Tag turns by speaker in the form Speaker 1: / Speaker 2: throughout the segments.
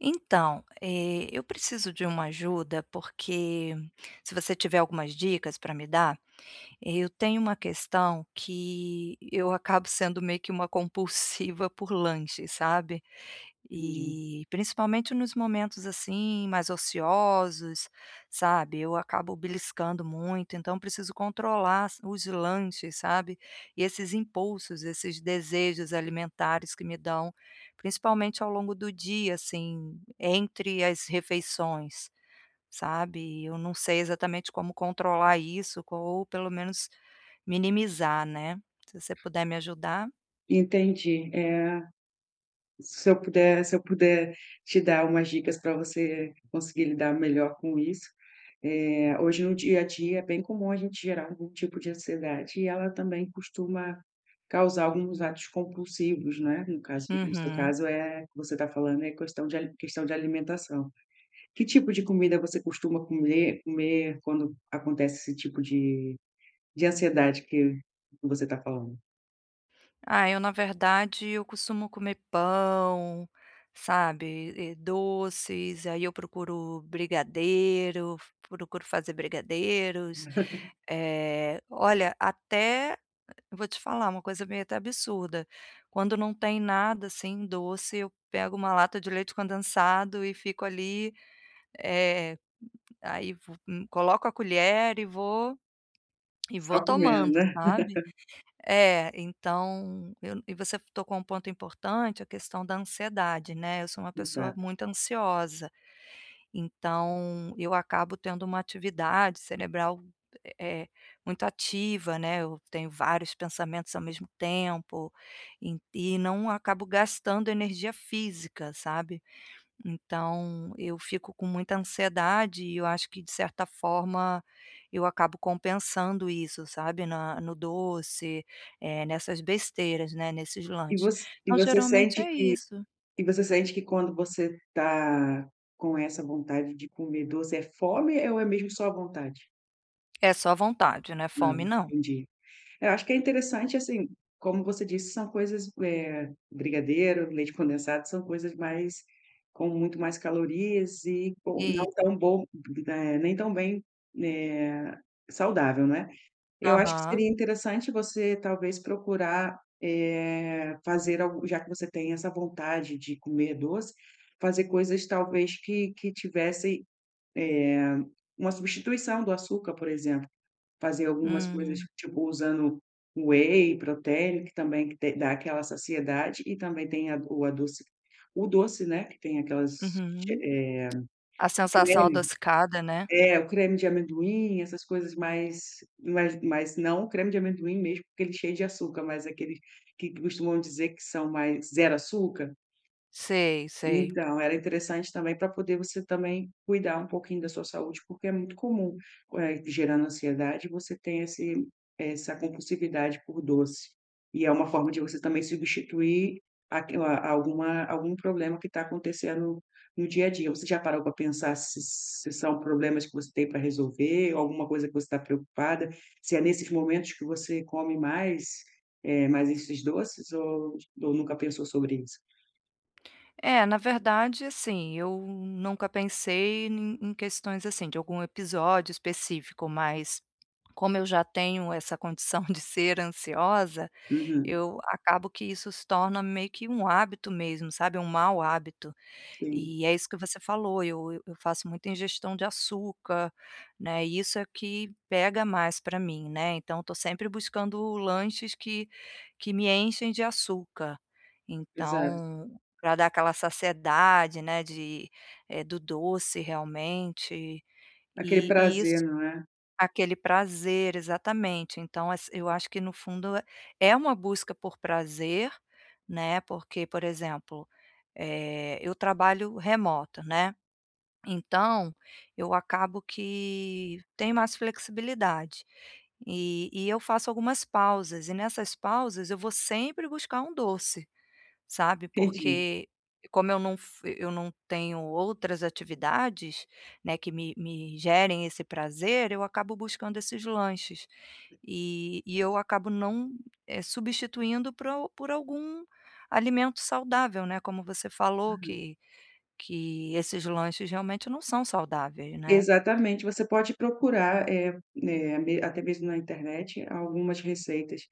Speaker 1: Então, eu preciso de uma ajuda, porque se você tiver algumas dicas para me dar, eu tenho uma questão que eu acabo sendo meio que uma compulsiva por lanche, sabe.
Speaker 2: Entendi,
Speaker 1: E principalmente nos momentos, assim, mais ociosos, sabe, eu acabo beliscando muito, então preciso controlar s os lanches, sabe, e esses impulsos, esses desejos alimentares que me dão, principalmente ao longo do dia, assim, entre as refeições. Sabe, eu não sei exatamente como controlar isso co ou pelo menos minimizar, né. Se você puder me ajudar.
Speaker 2: entendi. Se eu puder te dar umas dicas para você conseguir lidar melhor com isso, hoje no dia a dia é bem comum a gente gerar algum tipo de ansiedade e ela também costuma causar alguns atos compulsivos, né, no seu
Speaker 1: Uhum.
Speaker 2: caso, que você está falando é questão de alimentação. Que tipo de comida você costuma comer quando acontece esse tipo de ansiedade que você está falando?
Speaker 1: Ah, eu na verdade eu costumo comer pão, sabe, e doces, aí eu procuro brigadeiro, procuro fazer brigadeiros. É, olha, até eu vou te falar uma coisa meio até absurda, quando não tem nada, assim, doce, eu pego uma lata de leite condensado e fico ali. É, aí vo coloco a colher e vou
Speaker 2: Só comendo,
Speaker 1: tomando,
Speaker 2: né?
Speaker 1: sabe. É, então eu e você tocou um ponto importante, a questão da ansiedade, né, eu sou uma pessoa
Speaker 2: Exato.
Speaker 1: muito ansiosa, então eu acabo tendo uma atividade cerebral, eh, muito ativa, né, eu tenho vários pensamentos ao mesmo tempo, e não acabo gastando energia física, sabe. Então, eu fico com muita ansiedade e eu acho que de certa forma eu acabo compensando isso, sabe, na no doce, nessas besteiras, né, nesses lanches. Então
Speaker 2: Você
Speaker 1: geralmente
Speaker 2: sente
Speaker 1: é
Speaker 2: que
Speaker 1: isso.
Speaker 2: quando você tá com essa vontade de comer doce, é fome ou é mesmo só a vontade?
Speaker 1: É só vontade, né?
Speaker 2: Ah,
Speaker 1: Fome não.
Speaker 2: entendi. Eu acho que é interessante, assim, como você disse, são coisas, brigadeiro, leite condensado, são coisas mais com muito mais calorias e com
Speaker 1: E
Speaker 2: não tão bom, nem tão bem, eh, saudável, né? Eu acho que
Speaker 1: aham.
Speaker 2: seria interessante você talvez procurar, fazer algo já que você tem essa vontade de comer doce, fazer coisas talvez que tivessem uma substituição do açúcar, por exemplo. Fazer algumas coisas,
Speaker 1: Hum,
Speaker 2: tipo, usando whey proteína que também que te dá aquela saciedade e também tem a o adoci o doce, né, que tem aquelas,
Speaker 1: uhum.
Speaker 2: eh,
Speaker 1: A sensação
Speaker 2: creme
Speaker 1: adocicada, né.
Speaker 2: É, o creme de amendoim, essas coisas mais mas não o creme de amendoim mesmo, porque ele é cheio de açúcar, mas aqueles que costumam dizer que são mais zero açúcar,
Speaker 1: Sei, sei.
Speaker 2: então, era interessante também para poder você também cuidar um pouquinho da sua saúde, porque é muito comum, gerando ansiedade, você tem esse essa compulsividade por doce. E é uma forma de você também substituir aque a alguma algum problema que está acontecendo no dia a dia. Você já parou para pensar se são problemas que você tem para resolver, ou alguma coisa que você está preocupada? Se é nesses momentos que você come mais, mais esses doces ou nunca pensou sobre isso?
Speaker 1: É, na verdade, assim, eu nunca pensei em questões, assim, de algum episódio específico, mas como eu já tenho essa condição de ser ansiosa,
Speaker 2: Uhum,
Speaker 1: eu acabo que isso se torna meio que um hábito mesmo, sabe, um mau hábito.
Speaker 2: sim.
Speaker 1: E é isso que você falou, eu faço muita ingestão de açúcar, né, e isso é que pega mais para mim, né, então estou sempre buscando lanches que me enchem de açúcar.
Speaker 2: Exato.
Speaker 1: Então, para dar aquela saciedade, né, de, do doce realmente,
Speaker 2: Aquele
Speaker 1: e e
Speaker 2: prazer,
Speaker 1: isso
Speaker 2: não é?
Speaker 1: aquele prazer, exatamente. Então ass eu acho que no fundo é uma busca por prazer, né, porque, por exemplo, eu trabalho remoto, né, então eu acabo que tenho mais flexibilidade. E eu faço algumas pausas e nessas pausas eu vou sempre buscar um doce. Sabe,
Speaker 2: Entendi.
Speaker 1: porque como eu não f eu não tenho outras atividades, né, que me gerem esse prazer, eu acabo buscando esses lanches. E eu acabo não, substituindo por al por algum alimento saudável, né, como você falou que esses lanches realmente não são saudáveis, né.
Speaker 2: Exatamente, você pode procurar, né, me até mesmo na internet, algumas receitas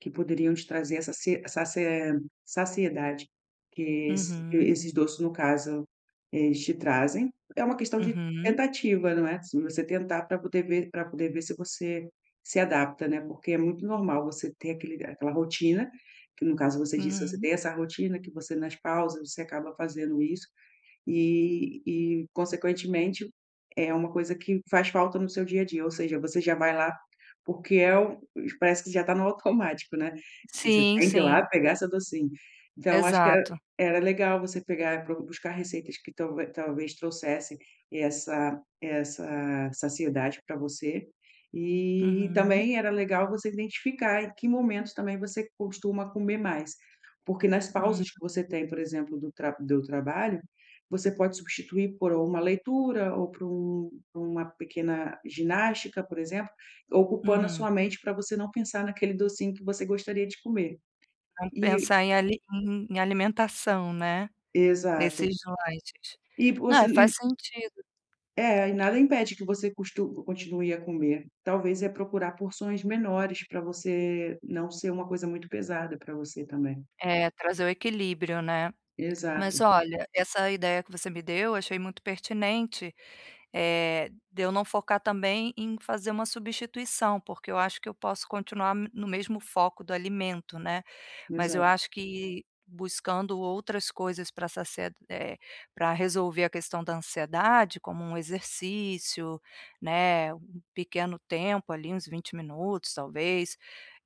Speaker 2: que poderiam te trazer essa se saci eh, saciedade que esse que
Speaker 1: Uhum,
Speaker 2: esses doces, no caso, eles te trazem. É uma questão de
Speaker 1: uhum,
Speaker 2: tentativa, não é? Se você tentar para poder ver se você se adapta, né, porque é muito normal você ter aquele aquela rotina, que no caso você disse, você
Speaker 1: uhum.
Speaker 2: tem essa rotina que você nas pausas, você acaba fazendo isso, e e consequentemente, é uma coisa que faz falta no seu dia a dia, ou seja, você já vai lá porque é o parece que já está no automático, né, você
Speaker 1: Sim,
Speaker 2: tem que ir lá
Speaker 1: sim.
Speaker 2: pegar seu docinho. Então acho que
Speaker 1: Exato.
Speaker 2: era legal você pegar pro buscar receitas que talvez trouxesse essa saciedade pra você, e
Speaker 1: Uhum,
Speaker 2: também era legal você identificar em que momentos também você costuma comer mais, porque nas
Speaker 1: hum,
Speaker 2: pausas que você tem, por exemplo, do trabalho, você pode substituir por uma leitura ou por uma pequena ginástica, por exemplo, ocupando a
Speaker 1: uhum.
Speaker 2: sua mente para você não pensar naquele docinho que você gostaria de comer.
Speaker 1: Vamos
Speaker 2: E
Speaker 1: pensar em ali em em alimentação, né,
Speaker 2: exato.
Speaker 1: nesses lanches.
Speaker 2: E
Speaker 1: Não,
Speaker 2: você
Speaker 1: é, faz
Speaker 2: e
Speaker 1: sentido.
Speaker 2: é, e nada impede que você costu continue a comer. Talvez é procurar porções menores para você não ser uma coisa muito pesada para você também.
Speaker 1: É, trazer o equilíbrio, né. Mas
Speaker 2: Exato,
Speaker 1: olha, essa ideia que você me deu, eu achei muito pertinente, é de eu não focar também em fazer uma substituição, porque eu acho que eu posso continuar no mesmo foco do alimento, né. Mas eu
Speaker 2: exato,
Speaker 1: acho que buscando outras coisas para eh, para resolver a questão da ansiedade, como um exercício, né, um pequeno tempo ali, uns 20 minutos talvez,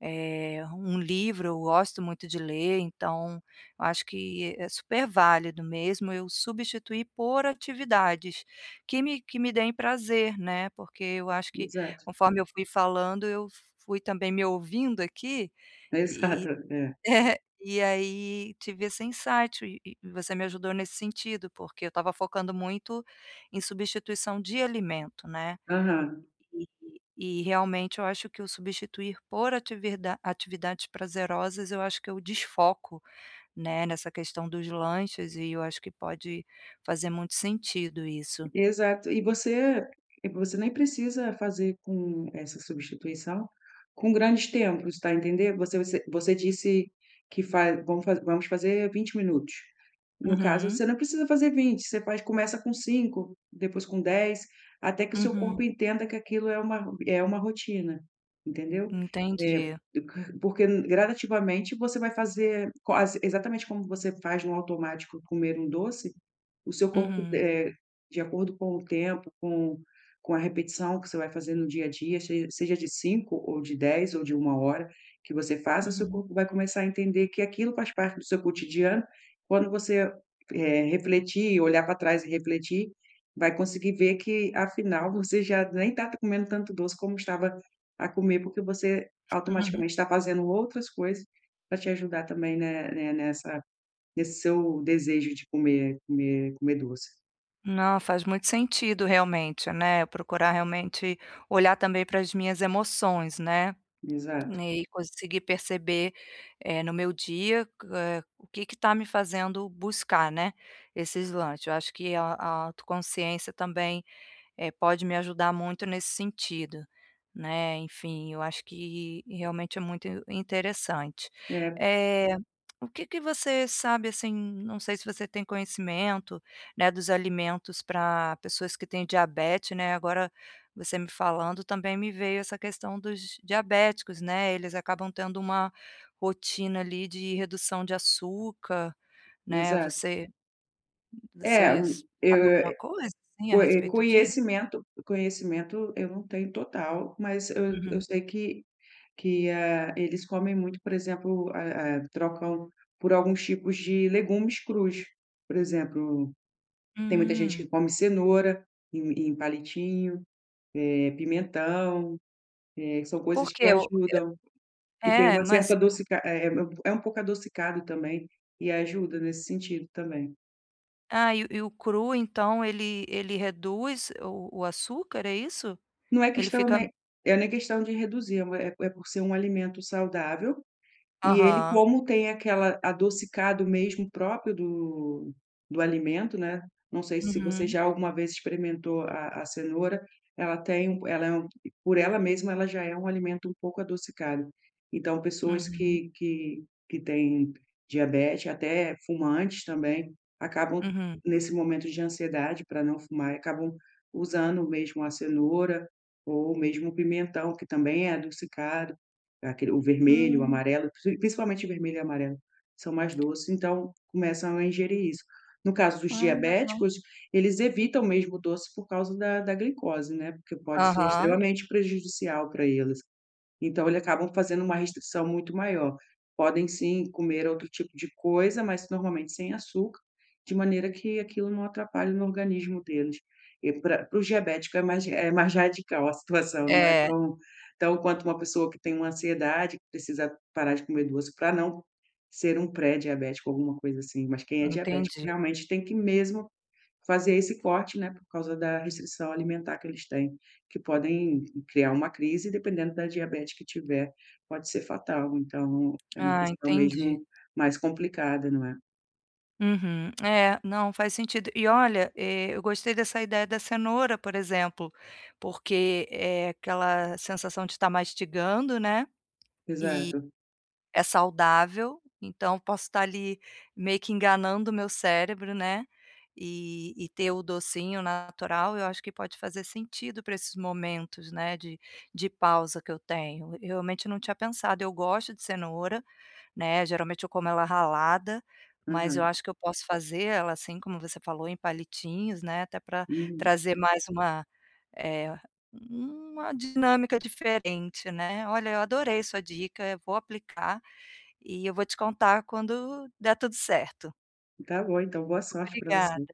Speaker 1: um livro, eu gosto muito de ler, então eu acho que é super válido mesmo eu substituir por atividades que me deem prazer, né, porque eu acho que
Speaker 2: exato,
Speaker 1: conforme eu fui falando, eu fui também me ouvindo aqui, e
Speaker 2: exato, é.
Speaker 1: é, e aí tive esse insight e você me ajudou nesse sentido, porque eu estava focando muito em substituição de alimento, né.
Speaker 2: Aham.
Speaker 1: E realmente eu acho que o substituir por ativirda atividades prazerosas, eu acho que eu desfoco, né, nessa questão dos lanches e eu acho que pode fazer muito sentido isso.
Speaker 2: Exato. E você nem precisa fazer com essa substituição com grandes tempos, tá entendendo? Você você disse que faz vamos fazer 20 minutos. No caso,
Speaker 1: Uhum,
Speaker 2: você não precisa fazer 20, você faz começa com 5, depois com 10, até que o seu
Speaker 1: uhum,
Speaker 2: corpo entenda que aquilo é uma rotina, entendeu? é
Speaker 1: entendi.
Speaker 2: porque gradativamente você vai fazer quase exatamente como você faz no automático comer um doce, o seu corpo,
Speaker 1: Uhum,
Speaker 2: de acordo com o tempo, com a repetição que você vai fazer no dia a dia, se seja de 5 ou de 10 ou de uma hora que você faça, seu
Speaker 1: uhum.
Speaker 2: corpo vai começar a entender que aquilo faz parte do seu cotidiano. Quando você, refletir, olhar para trás e refletir, vai conseguir ver que afinal você já nem está comendo tanto doce como estava a comer, porque você
Speaker 1: Uhum.
Speaker 2: automaticamente está fazendo outras coisas para te ajudar também, né, nessa nesse seu desejo de comer comer doce.
Speaker 1: Não, faz muito sentido realmente, né. Eu procurar realmente olhar também para as minhas emoções, né,
Speaker 2: Exato.
Speaker 1: e conseguir perceber, no meu dia, o que está me fazendo buscar, né, esses lances. Eu acho que a autoconsciência também pode me ajudar muito nesse sentido, né, enfim, eu acho que realmente é muito interessante.
Speaker 2: É,
Speaker 1: Eh, o que que você sabe, assim, não sei se você tem conhecimento, né, dos alimentos para pessoas que têm diabetes, né, agora você me falando também me veio essa questão dos diabéticos, né, eles acabam tendo uma rotina ali de redução de açúcar, né,
Speaker 2: exato. É,
Speaker 1: você
Speaker 2: eu
Speaker 1: sabe alguma
Speaker 2: eh,
Speaker 1: coisa, assim, a respeito disso?
Speaker 2: conhecimento eu não tenho total, mas eu
Speaker 1: Uhum.
Speaker 2: sei que que eles comem muito, por exemplo, trocam por alguns tipos de legumes crus. Por exemplo, tem muita gente
Speaker 1: Hum,
Speaker 2: que come cenoura em palitinho, pimentão, são coisas que
Speaker 1: porque o
Speaker 2: ajudam. E tem
Speaker 1: é,
Speaker 2: uma certa
Speaker 1: mas
Speaker 2: adocica é um pouco adocicado também, e ajuda nesse sentido também.
Speaker 1: ah, e o cru então ele reduz o açúcar, é isso?
Speaker 2: Não é
Speaker 1: Ele
Speaker 2: questão,
Speaker 1: fica
Speaker 2: né, é nem questão de reduzir, é por ser um alimento saudável, e ele,
Speaker 1: aham.
Speaker 2: como tem aquela adocicado mesmo próprio do alimento, né, não sei se você
Speaker 1: Uhum,
Speaker 2: já alguma vez experimentou a cenoura, ela tem um ela é um por ela mesma, ela já é um alimento um pouco adocicado. Então pessoas
Speaker 1: uhum,
Speaker 2: que têm diabetes, até fumantes também, acabam
Speaker 1: uhum.
Speaker 2: nesse momento de ansiedade para não fumar, acabam usando mesmo a cenoura ou mesmo o pimentão, que também é adocicado. Aquele o vermelho, o
Speaker 1: Hum,
Speaker 2: amarelo, principalmente o vermelho e amarelo, são mais doces, então começam a ingerir isso. No caso dos
Speaker 1: ah, legal.
Speaker 2: diabéticos, eles evitam mesmo o doce por causa da glicose, né, porque pode ser
Speaker 1: Aham.
Speaker 2: extremamente prejudicial para eles. Então eles acabam fazendo uma restrição muito maior. Podem sim comer outro tipo de coisa, mas normalmente sem açúcar, de maneira que aquilo não atrapalhe no organismo deles. E para o diabético é mais radical a situação, não é
Speaker 1: É,
Speaker 2: tão tão quanto uma pessoa que tem uma ansiedade, que precisa parar de comer doce para não ser um pré-diabético, alguma coisa assim, mas quem é diabético
Speaker 1: entendi.
Speaker 2: realmente tem que mesmo fazer esse corte, né, por causa da restrição alimentar que eles têm, que podem criar uma crise, dependendo da diabetes que tiver, pode ser fatal. Então, é uma
Speaker 1: Ah,
Speaker 2: questão
Speaker 1: entendi.
Speaker 2: mesmo mais complicada, não é?
Speaker 1: Uhum. É, não, faz sentido. E olha, eu gostei dessa ideia da cenoura, por exemplo, porque é aquela sensação de estar mastigando, né.
Speaker 2: Exato.
Speaker 1: É saudável, então posso estar ali meio que enganando o meu cérebro, né, e ter o docinho natural, eu acho que pode fazer sentido para esses momentos, né, de pausa que eu tenho. Eu realmente não tinha pensado, eu gosto de cenoura, né, geralmente eu como ela ralada, mas eu
Speaker 2: Aham.
Speaker 1: acho que eu posso fazer ela, assim como você falou, em palitinhos, né, até para
Speaker 2: Uhum.
Speaker 1: trazer mais uma é uma dinâmica diferente, né. Olha, eu adorei sua dica, eu vou aplicar e eu vou te contar quando der tudo certo.
Speaker 2: Tá bom, então boa sorte para
Speaker 1: Obrigada.
Speaker 2: você.